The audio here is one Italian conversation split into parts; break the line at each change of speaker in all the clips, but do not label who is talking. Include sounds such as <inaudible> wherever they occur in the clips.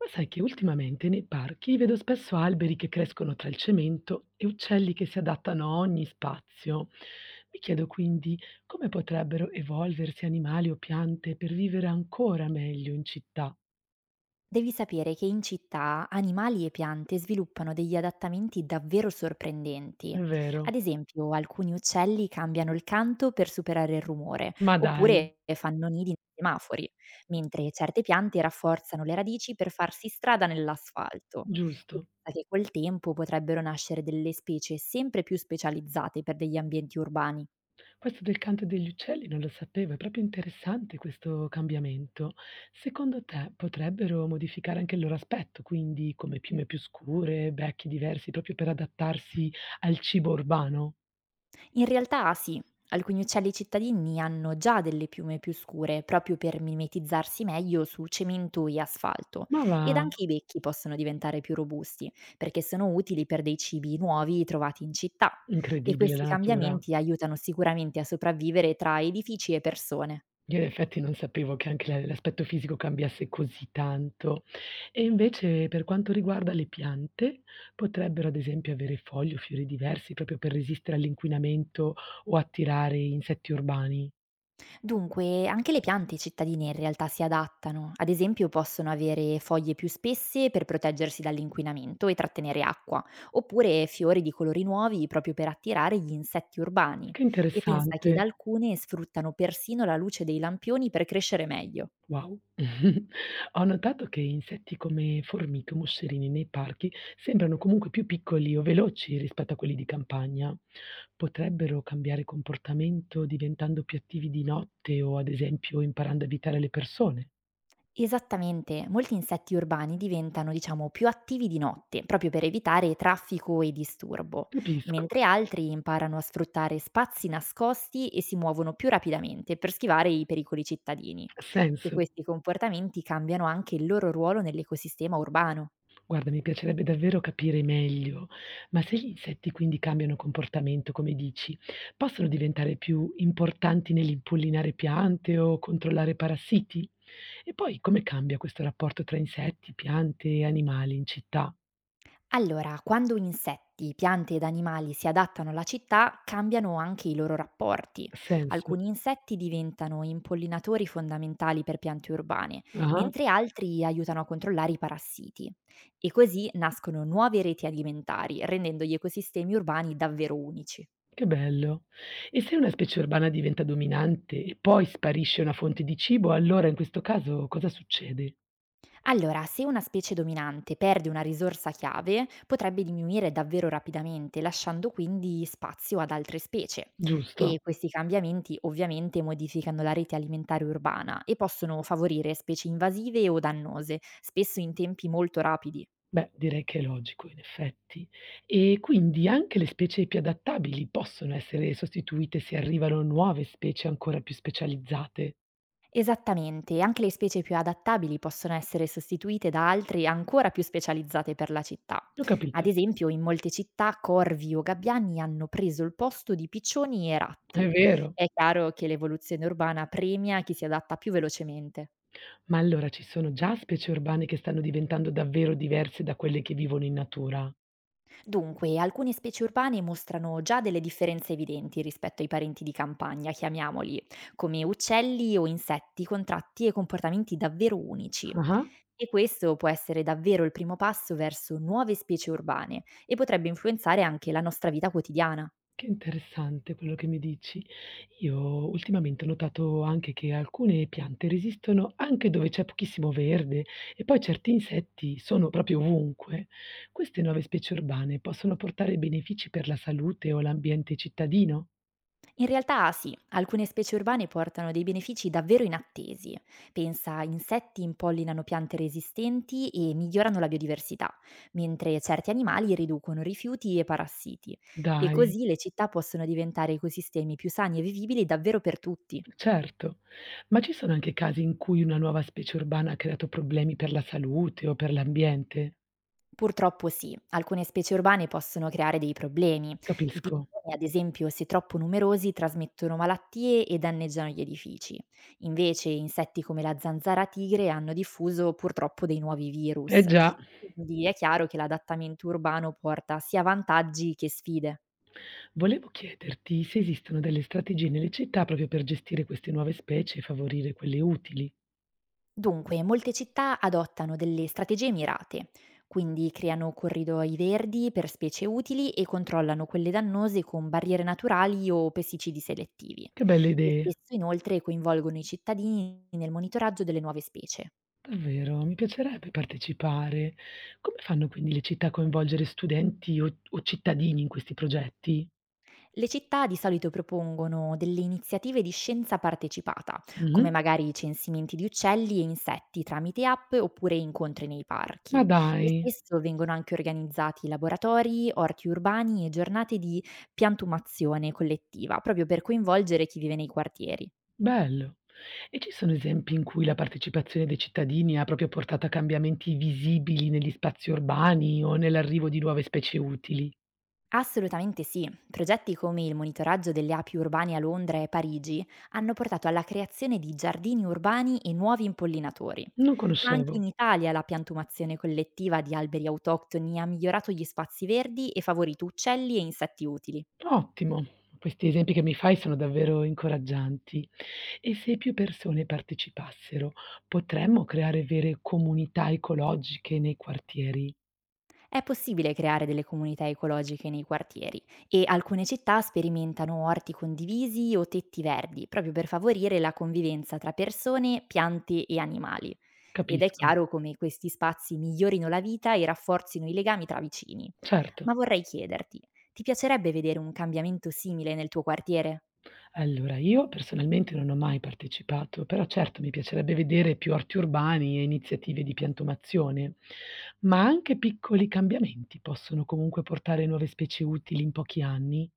Ma sai che ultimamente nei parchi vedo spesso alberi che crescono tra il cemento e uccelli che si adattano a ogni spazio. Mi chiedo quindi come potrebbero evolversi animali o piante per vivere ancora meglio in città.
Devi sapere che in città animali e piante sviluppano degli adattamenti davvero
È
sorprendenti.
vero.
Ad esempio, alcuni uccelli cambiano il canto per superare il rumore,
Ma dai,
oppure fanno nidi nei semafori, mentre certe piante rafforzano le radici per farsi strada nell'asfalto. E
giusto.
pensa che col tempo potrebbero nascere delle specie sempre più specializzate per degli ambienti urbani.
Questo del canto degli uccelli non lo sapevo, è proprio interessante questo cambiamento. Secondo te potrebbero modificare anche il loro aspetto, quindi come piume più scure, becchi diversi, proprio per adattarsi al cibo urbano?
In realtà sì, alcuni uccelli cittadini hanno già delle piume più scure proprio per mimetizzarsi meglio su cemento e asfalto
Ma va,
ed anche i becchi possono diventare più robusti perché sono utili per dei cibi nuovi trovati in città e
incredibile la
questi
natura.
cambiamenti aiutano sicuramente a sopravvivere tra edifici e persone.
Io in effetti non sapevo che anche la l'aspetto fisico cambiasse così tanto. E invece per quanto riguarda le piante, potrebbero ad esempio avere foglie o fiori diversi proprio per resistere all'inquinamento o attirare insetti urbani.
Dunque, anche le piante cittadine in realtà si adattano. Ad esempio, possono avere foglie più spesse per proteggersi dall'inquinamento e trattenere acqua, oppure fiori di colori nuovi proprio per attirare gli insetti urbani.
Che
E pensa che da
interessante.
alcune sfruttano persino la luce dei lampioni per crescere meglio.
Wow. <laughs> Ho notato che insetti come formiche o moscerini nei parchi sembrano comunque più piccoli o veloci rispetto a quelli di campagna. Potrebbero cambiare comportamento diventando più attivi di notte o, ad esempio, imparando a evitare le persone.
Esattamente, molti insetti urbani diventano, diciamo, più attivi di notte, proprio per evitare traffico e disturbo,
Capisco,
mentre altri imparano a sfruttare spazi nascosti e si muovono più rapidamente per schivare i pericoli cittadini.
ha
E
senso.
questi comportamenti cambiano anche il loro ruolo nell'ecosistema urbano.
Guarda, mi piacerebbe davvero capire meglio, ma se gli insetti quindi cambiano comportamento, come dici, possono diventare più importanti nell'impollinare piante o controllare parassiti? E poi come cambia questo rapporto tra insetti, piante e animali in città?
Allora, quando insetti, piante ed animali si adattano alla città, cambiano anche i loro rapporti.
Ha senso?
Alcuni insetti diventano impollinatori fondamentali per piante urbane,
Ah,
mentre altri aiutano a controllare i parassiti. E così nascono nuove reti alimentari, rendendo gli ecosistemi urbani davvero unici.
che bello. E se una specie urbana diventa dominante e poi sparisce una fonte di cibo, allora in questo caso cosa succede?
Allora, se una specie dominante perde una risorsa chiave, potrebbe diminuire davvero rapidamente, lasciando quindi spazio ad altre specie.
Giusto?
E questi cambiamenti ovviamente modificano la rete alimentare urbana e possono favorire specie invasive o dannose, spesso in tempi molto rapidi.
Beh, direi che è logico in effetti. E quindi anche le specie più adattabili possono essere sostituite se arrivano nuove specie ancora più specializzate.
Esattamente, anche le specie più adattabili possono essere sostituite da altre ancora più specializzate per la città.
Ho
Ad
capito,
esempio, in molte città corvi o gabbiani hanno preso il posto di piccioni e
è
ratti.
vero.
È chiaro che l'evoluzione urbana premia chi si adatta più velocemente.
Ma allora ci sono già specie urbane che stanno diventando davvero diverse da quelle che vivono in natura?
Dunque, alcune specie urbane mostrano già delle differenze evidenti rispetto ai parenti di campagna, chiamiamoli, come uccelli o insetti con tratti e comportamenti davvero unici.
Ah.
E questo può essere davvero il primo passo verso nuove specie urbane e potrebbe influenzare anche la nostra vita quotidiana.
Che interessante quello che mi dici. Io ultimamente ho notato anche che alcune piante resistono anche dove c'è pochissimo verde e poi certi insetti sono proprio ovunque. Queste nuove specie urbane possono portare benefici per la salute o l'ambiente cittadino?
In realtà sì, alcune specie urbane portano dei benefici davvero inattesi. Pensa, a insetti impollinano piante resistenti e migliorano la biodiversità, mentre certi animali riducono rifiuti e parassiti. E
Dai,
così le città possono diventare ecosistemi più sani e vivibili davvero per tutti.
certo. Ma ci sono anche casi in cui una nuova specie urbana ha creato problemi per la salute o per l'ambiente?
Purtroppo sì, alcune specie urbane possono creare dei problemi. I
Capisco.
pitoni, ad esempio, se troppo numerosi, trasmettono malattie e danneggiano gli edifici. Invece, insetti come la zanzara tigre hanno diffuso purtroppo dei nuovi
Eh
virus.
già.
Quindi è chiaro che l'adattamento urbano porta sia vantaggi che sfide.
Volevo chiederti se esistono delle strategie nelle città proprio per gestire queste nuove specie e favorire quelle utili.
Dunque, molte città adottano delle strategie mirate, quindi creano corridoi verdi per specie utili e controllano quelle dannose con barriere naturali o pesticidi selettivi.
Che belle
E
idee,
spesso inoltre coinvolgono i cittadini nel monitoraggio delle nuove specie.
davvero, mi piacerebbe partecipare. Come fanno quindi le città a coinvolgere studenti o cittadini in questi progetti?
Le città di solito propongono delle iniziative di scienza partecipata, come
Mhm.
magari censimenti di uccelli e insetti tramite app oppure incontri nei
Ma
parchi. E
dai,
spesso vengono anche organizzati laboratori, orti urbani e giornate di piantumazione collettiva, proprio per coinvolgere chi vive nei quartieri.
bello. E ci sono esempi in cui la partecipazione dei cittadini ha proprio portato a cambiamenti visibili negli spazi urbani o nell'arrivo di nuove specie utili?
Assolutamente sì. Progetti come il monitoraggio delle api urbane a Londra e Parigi hanno portato alla creazione di giardini urbani e nuovi impollinatori.
Non
Ma
conoscevo.
anche in Italia la piantumazione collettiva di alberi autoctoni ha migliorato gli spazi verdi e favorito uccelli e insetti utili.
Ottimo, questi esempi che mi fai sono davvero incoraggianti. E se più persone partecipassero, potremmo creare vere comunità ecologiche nei quartieri?
È possibile creare delle comunità ecologiche nei quartieri e alcune città sperimentano orti condivisi o tetti verdi proprio per favorire la convivenza tra persone, piante e animali. Ed è
Capisco.
chiaro come questi spazi migliorino la vita e rafforzino i legami tra vicini.
Certo.
Ma vorrei chiederti, ti piacerebbe vedere un cambiamento simile nel tuo quartiere?
Allora, io personalmente non ho mai partecipato, però certo mi piacerebbe vedere più orti urbani e iniziative di piantumazione, ma anche piccoli cambiamenti possono comunque portare nuove specie utili in pochi anni.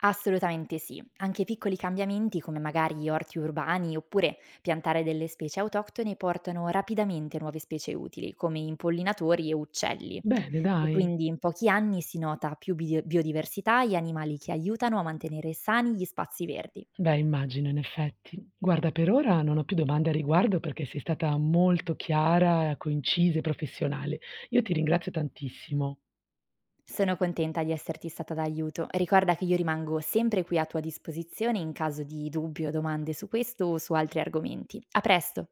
Assolutamente sì, anche piccoli cambiamenti come magari orti urbani oppure piantare delle specie autoctone portano rapidamente nuove specie utili come impollinatori e uccelli
Bene,
e
dai.
quindi in pochi anni si nota più biodiversità e animali che aiutano a mantenere sani gli spazi verdi.
Beh, immagino in effetti. Guarda, per ora non ho più domande a riguardo perché sei stata molto chiara, concisa e professionale. Io ti ringrazio tantissimo.
Sono contenta di esserti stata d'aiuto, ricorda che io rimango sempre qui a tua disposizione in caso di dubbi o domande su questo o su altri argomenti. A presto!